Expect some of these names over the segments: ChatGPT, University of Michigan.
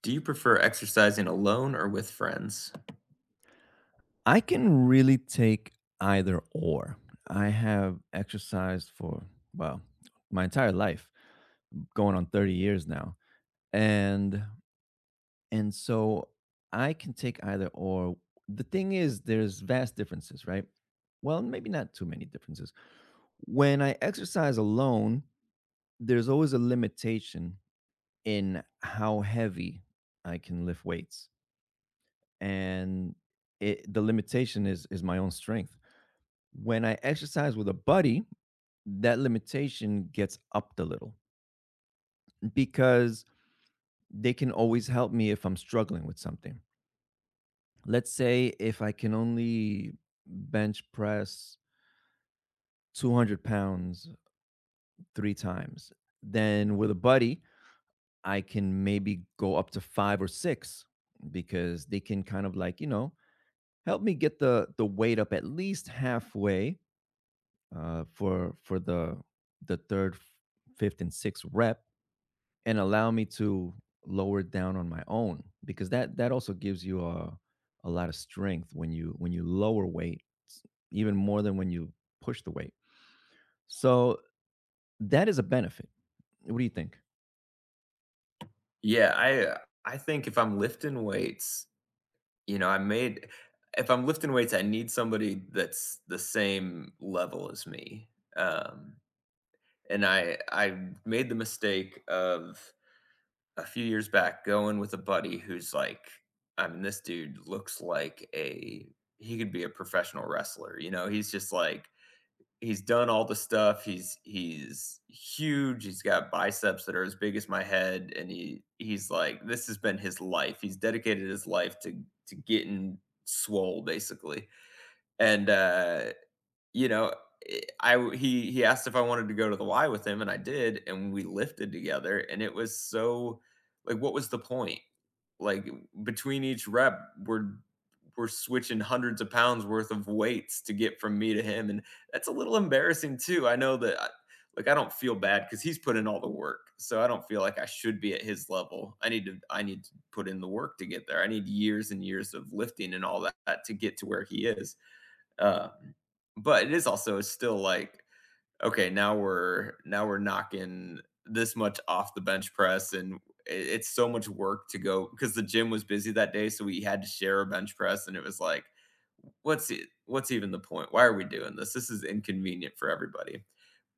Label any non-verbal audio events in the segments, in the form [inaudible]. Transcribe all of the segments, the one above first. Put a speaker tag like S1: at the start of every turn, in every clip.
S1: Do you prefer exercising alone or with friends?
S2: I can really take either or. I have exercised for, well, my entire life, going on 30 years now. And and so I can take either or. The thing is there's vast differences, right? Well, maybe not too many differences. When I exercise alone, there's always a limitation in how heavy I can lift weights. And the limitation is my own strength. When I exercise with a buddy, that limitation gets upped a little because they can always help me if I'm struggling with something. Let's say if I can only bench press 200 lbs three times, then with a buddy, I can maybe go up to five or six because they can kind of help me get the weight up at least halfway for the third, fifth, and sixth rep, and allow me to lower down on my own because that also gives you a lot of strength when you even more than when you push the weight. So that is a benefit. What do you think?
S1: Yeah, I think if I'm lifting weights, I made if I'm lifting weights, I need somebody that's the same level as me. Um, and I made the mistake of a few years back going with a buddy who's like, I mean, this dude looks like a he could be a professional wrestler. You know, he's just like he's done all the stuff. He's huge. He's got biceps that are as big as my head, and he's like this has been his life. He's dedicated his life to getting swole basically. And you know, eh, I w he asked if I wanted to go to the Y with him, and I did, and we lifted together, and it was so like, what was the point? Like, between each rep, we're we're switching hundreds of pounds worth of weights to get from me to him, and that's a little embarrassing too. I know that I don't feel bad because he's put in all the work, so I don't feel like I should be at his level. I need to put in the work to get there. I need years and years of lifting and all that to get to where he is. Um, but it is also still like, okay, now we're knocking this much off the bench press, and I it's so much work to go because the gym was busy that day, so we had to share a bench press and it was like, what's even the point? Why are we doing this? This is inconvenient for everybody.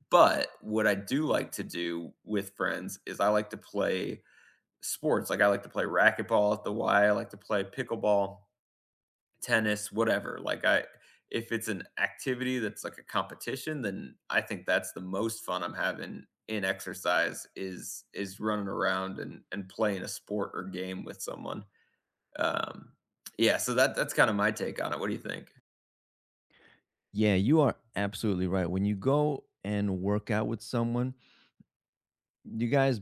S1: But what I do like to do with friends is I like to play sports. Like I like to play racquetball at the Y, I like to play pickleball, tennis, whatever. Like I if it's an activity that's like a competition, then I think that's the most fun I'm having in exercise is running around and playing a sport or game with someone. Um yeah, so that's kind of my take on it. What do you think?
S2: Yeah, you are absolutely right. When you go and work out with someone, you guys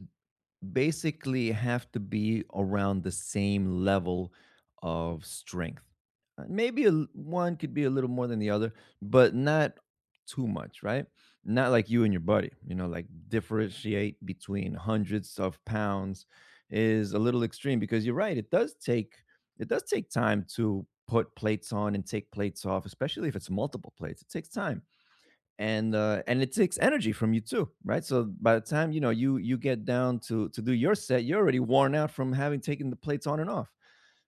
S2: basically have to be around the same level of strength. Maybe one could be a little more than the other, but not too much, right? Not like you and your buddy, you know, like differentiate between hundreds of pounds is a little extreme because you're right. It does take time to put plates on and take plates off, especially if it's multiple plates. It takes time and it takes energy from you too, right? So by the time, you know, you get down to do your set, you're already worn out from having taken the plates on and off.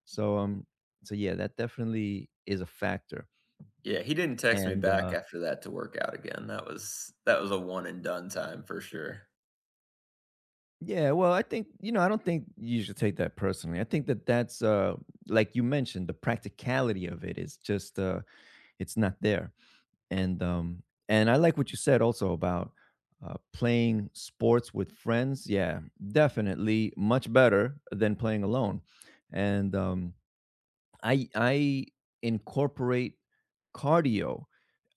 S2: so um so yeah, that definitely is a factor.
S1: Yeah, he didn't text me
S2: And
S1: back after that to work out again. That was a one and done time for sure.
S2: Yeah, well, I think, you know, I don't think you should take that personally. I think that that's like you mentioned, the practicality of it is just it's not there. and um and I like what you said also about playing sports with friends. Yeah, definitely much better than playing alone. And I incorporate cardio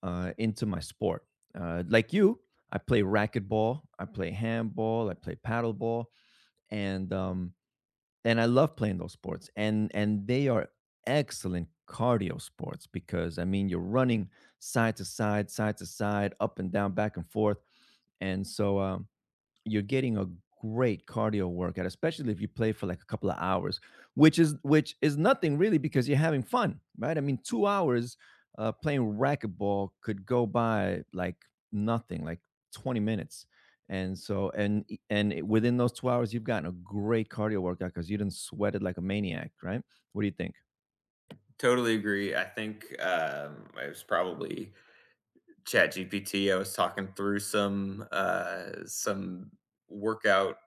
S2: into my sport, like you. I play racquetball, I play handball, I play paddleball. and um and I love playing those sports, and they are excellent cardio sports because I mean you're running side to side, up and down, back and forth. And so You're getting a great cardio workout, especially if you play for like a couple of hours, which is nothing really because you're having fun, right? I mean, 2 hours playing racquetball could go by like nothing, like 20 minutes. And so, and e- and it- within those 2 hours, you've gotten a great cardio workout because you didn't sweat it like a maniac, right? What do you think?
S1: Totally agree. I think it was probably ChatGPT. I was talking through some workout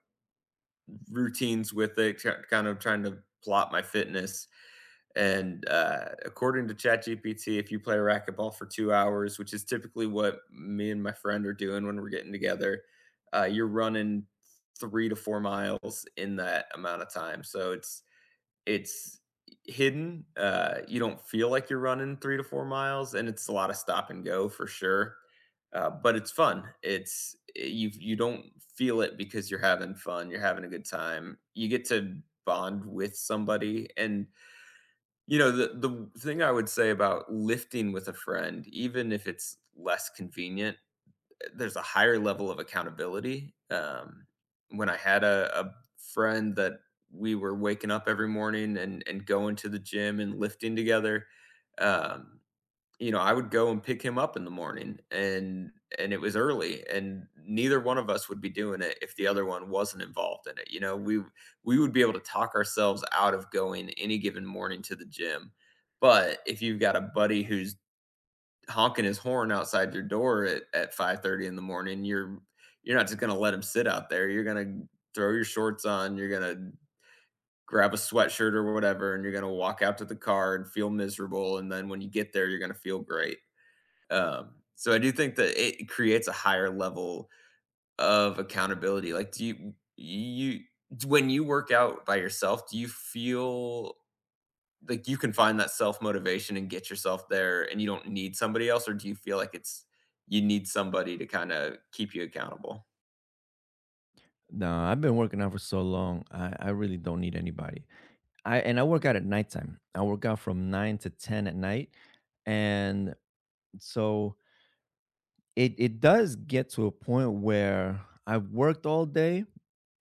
S1: routines with it, ki kind of trying to plot my fitness, and, according to ChatGPT, if you play racquetball for 2 hours, which is typically what me and my friend are doing when we're getting together, you're running 3 to 4 miles in that amount of time, so it's hidden. You don't feel like you're running 3 to 4 miles, and it's a lot of stop and go for sure, but it's fun. It's you don't feel it because you're having fun, you're having a good time. You get to bond with somebody, and, the thing I would say about lifting with a friend, even if it's less convenient, there's a higher level of accountability. When I had a friend that we were waking up every morning and going to the gym and lifting together, um, I would go and pick him up in the morning, and it was early, and neither one of us would be doing it if the other one wasn't involved in it. We would be able to talk ourselves out of going any given morning to the gym. But if you've got a buddy who's honking his horn outside your door at, 5:30 in the morning, you're not just going to let him sit out there. You're going to throw your shorts on, you're going to grab a sweatshirt or whatever, and you're going to walk out to the car and feel miserable, and then when you get there you're going to feel great. So I do think that it creates a higher level of accountability. Like do you you when you work out by yourself, do you feel like you can find that self-motivation and get yourself there, and you don't need somebody else, or do you feel like it's you need somebody to kinda keep you accountable?
S2: No, I've been working out for so long. I really don't need anybody. I and I work out at nighttime. I work out from nine to ten at night, and. So it does get to a point where I've worked all day,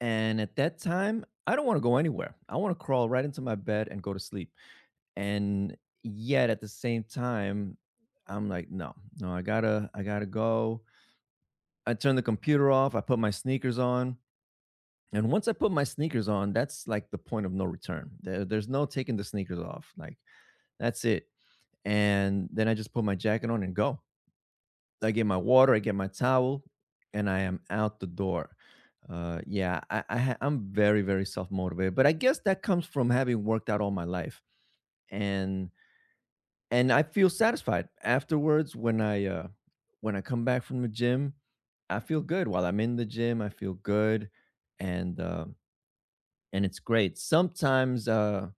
S2: and at that time, I don't want to go anywhere. I want to crawl right into my bed and go to sleep. And yet at the same time, I'm like, no, no, I gotta go. I turn the computer off. I put my sneakers on. And once I put my sneakers on, that's like the point of no return. There's no taking the sneakers off. Like that's it. And then I just put my jacket on and go. I get my water, I get my towel, and I am out the door. Yeah, I'm very self motivated, but I guess that comes from having worked out all my life, and and I feel satisfied afterwards when I come back from the gym. I feel good while I'm in the gym. I feel good, and uh, and it's great. Sometimes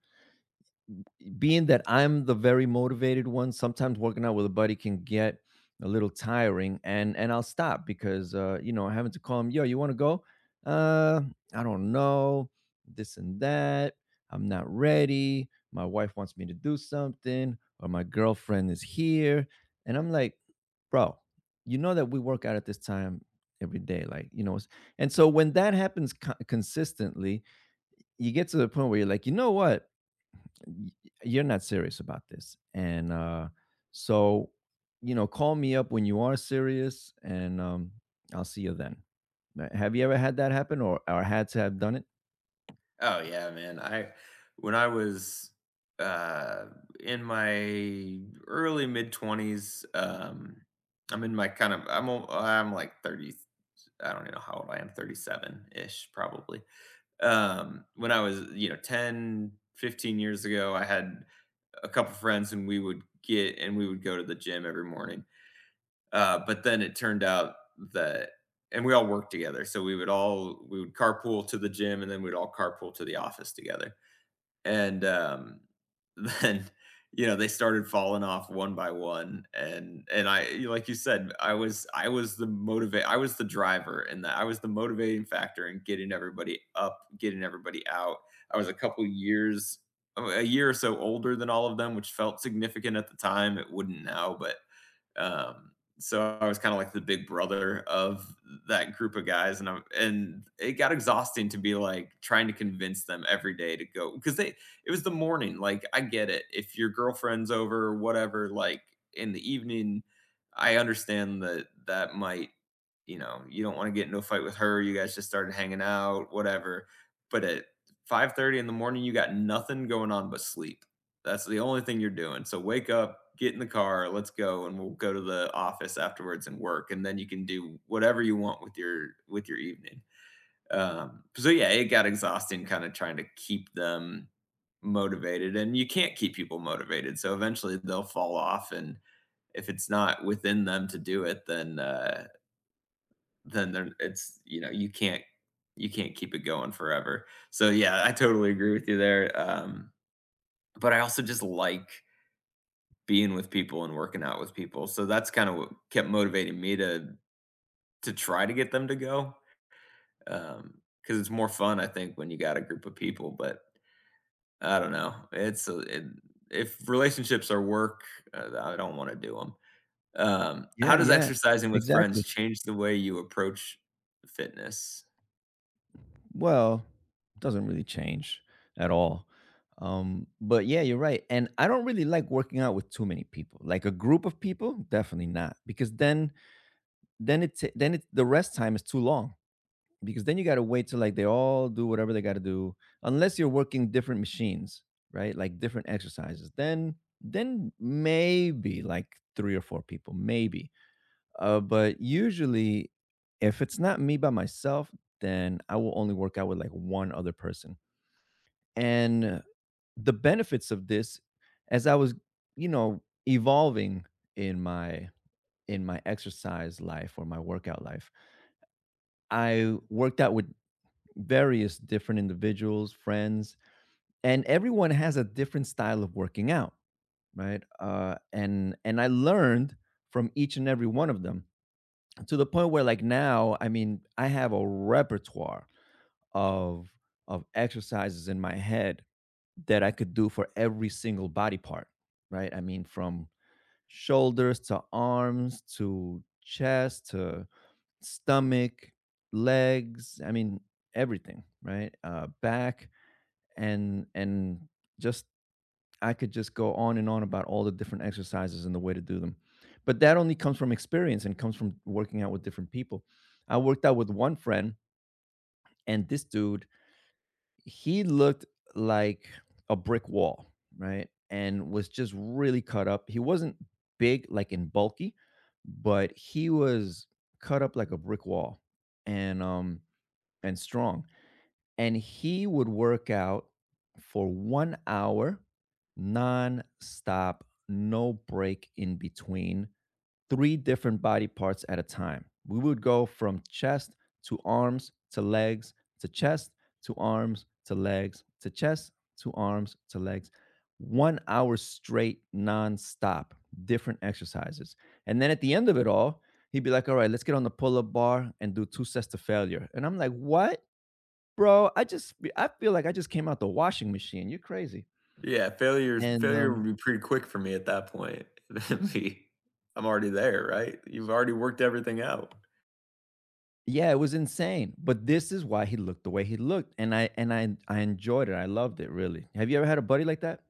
S2: being that I'm the very motivated one, sometimes working out with a buddy can get a little tiring, and I'll stop because you know, having to call him, yo, you want to go? Uh, I don't know, this and that. I'm not ready. My wife wants me to do something, or my girlfriend is here, and I'm like, bro, you know that we work out at this time every day, like you know. And so when that happens consistently, you get to the point where you're like, you know what? y- you're not serious about this, and so you know, call me up when you are serious. And I'll see you then. Have you ever had that happen, or had to have done it?
S1: Oh, yeah, man. I when I was, uh, in my early mid-20s, I'm in my kind of I'm like 30, I don't even know how old I am, 37-ish, probably. When I was, you know, 10, 15 years ago, I had a couple friends and we would go to the gym every morning. But then it turned out that and we all worked together. So we would carpool to the gym and then we'd all carpool to the office together. And, um, [laughs] then, they started falling off one by one, and I you- like you said, I was the driver and that. I was the motivating factor in getting everybody up, getting everybody out. I was a year or so older than all of them, which felt significant at the time. It wouldn't now, but um, so I was kind of like the big brother of that group of guys, and I'm, and it got exhausting to be like trying to convince them every day to go because they it was the morning. Like I get it, if your girlfriend's over or whatever, like in the evening, I understand that that might, you don't want to get into a fight with her. You guys just started hanging out, whatever. But at 5:30 in the morning, you got nothing going on but sleep. That's the only thing you're doing. So wake up, get in the car, let's go, and we'll go to the office afterwards and work, and then you can do whatever you want with your evening. So yeah, it got exhausting kind of trying to keep them motivated, and you can't keep people motivated. So eventually they'll fall off, and if it's not within them to do it, then they're, it's you know you can't keep it going forever. So yeah, I totally agree with you there. But I also just like being with people and working out with people. So that's kind of what kept motivating me to try to get them to go. Because it's more fun, I think, when you got a group of people, but I don't know. It's a it if relationships are work, I don't wanna do 'em. How
S2: Yeah,
S1: does
S2: yeah,
S1: exercising with friends
S2: exactly.
S1: change the way you approach fitness?
S2: Well, doesn't really change at all. um but yeah, you're right, and I don't really like working out with too many people, like a group of people. Definitely not, because then then it the rest time is too long, because then you got to wait till like they all do whatever they got to do, unless you're working different machines, right, like different exercises. Then maybe like three or four people, maybe. But usually, if it's not me by myself, then I will only work out with like one other person. And The benefits of this, as I was, you know, evolving in my, in my exercise life or my workout life, I worked out with various different individuals, friends, and everyone has a different style of working out, right? And I learned from each and every one of them, to the point where, like now, I mean, I have a repertoire of of exercises in my head that I could do for every single body part, right? I mean, from shoulders to arms to chest to stomach, legs. I mean, everything, right? Back and just I could just go on and on about all the different exercises and the way to do them. But that only comes from experience and comes from working out with different people. I worked out with one friend, and this dude, he looked like a brick wall, right? And was just really cut up. He wasn't big, like in bulky, but he was cut up like a brick wall, and um and strong, and he would work out for 1 hour nonstop, no break in between, three different body parts at a time. We would go from chest to arms to legs to chest to arms to legs to chest to arms to legs. 1 hour straight, nonstop, different exercises. And then at the end of it all, he'd be like, "All right, let's get on the pull up bar and do two sets to failure." And I'm like, "What? Bro, I feel like I just came out the washing machine, you're crazy,"
S1: Yeah,
S2: and,
S1: failure would
S2: um
S1: be pretty quick for me at that point. [laughs] That'd be I'm already there, right? You've already worked everything out.
S2: yeah, it was insane, but this is why he looked the way he looked, and I enjoyed it, I loved it, really. Have you ever had a buddy like that?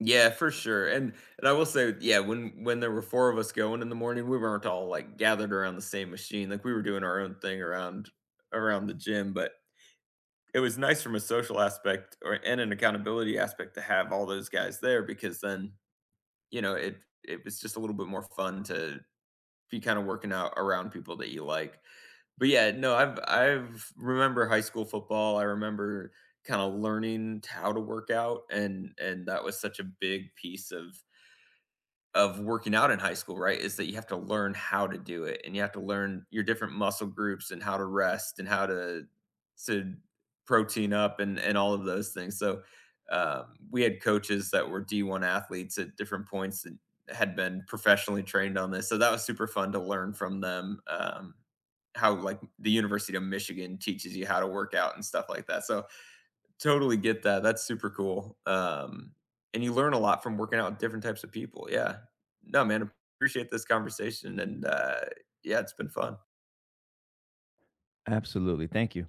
S1: Yeah, for sure, and I will say, yeah, when there were 4 of us going in the morning, we weren't all, like, gathered around the same machine, like, we were doing our own thing around the gym, but it was nice from a social aspect or and an accountability aspect to have all those guys there because then, it was just a little bit more fun to be kinda working out around people that you like. But, yeah, no, I've remember high school football, I remember kinda learning how to work out, and that was such a big piece of working out in high school, right, is that you have to learn how to do it, and you have to learn your different muscle groups and how to rest and how to protein up and all of those things. So, we had coaches that were D1 athletes at different points that had been professionally trained on this, so that was super fun to learn from them, how, like, the University of Michigan teaches you how to work out and stuff like that. So, totally get that. That's super cool. And you learn a lot from working out with different types of people. Yeah. No, man, appreciate this conversation. And yeah, it's been fun.
S2: Absolutely, thank you.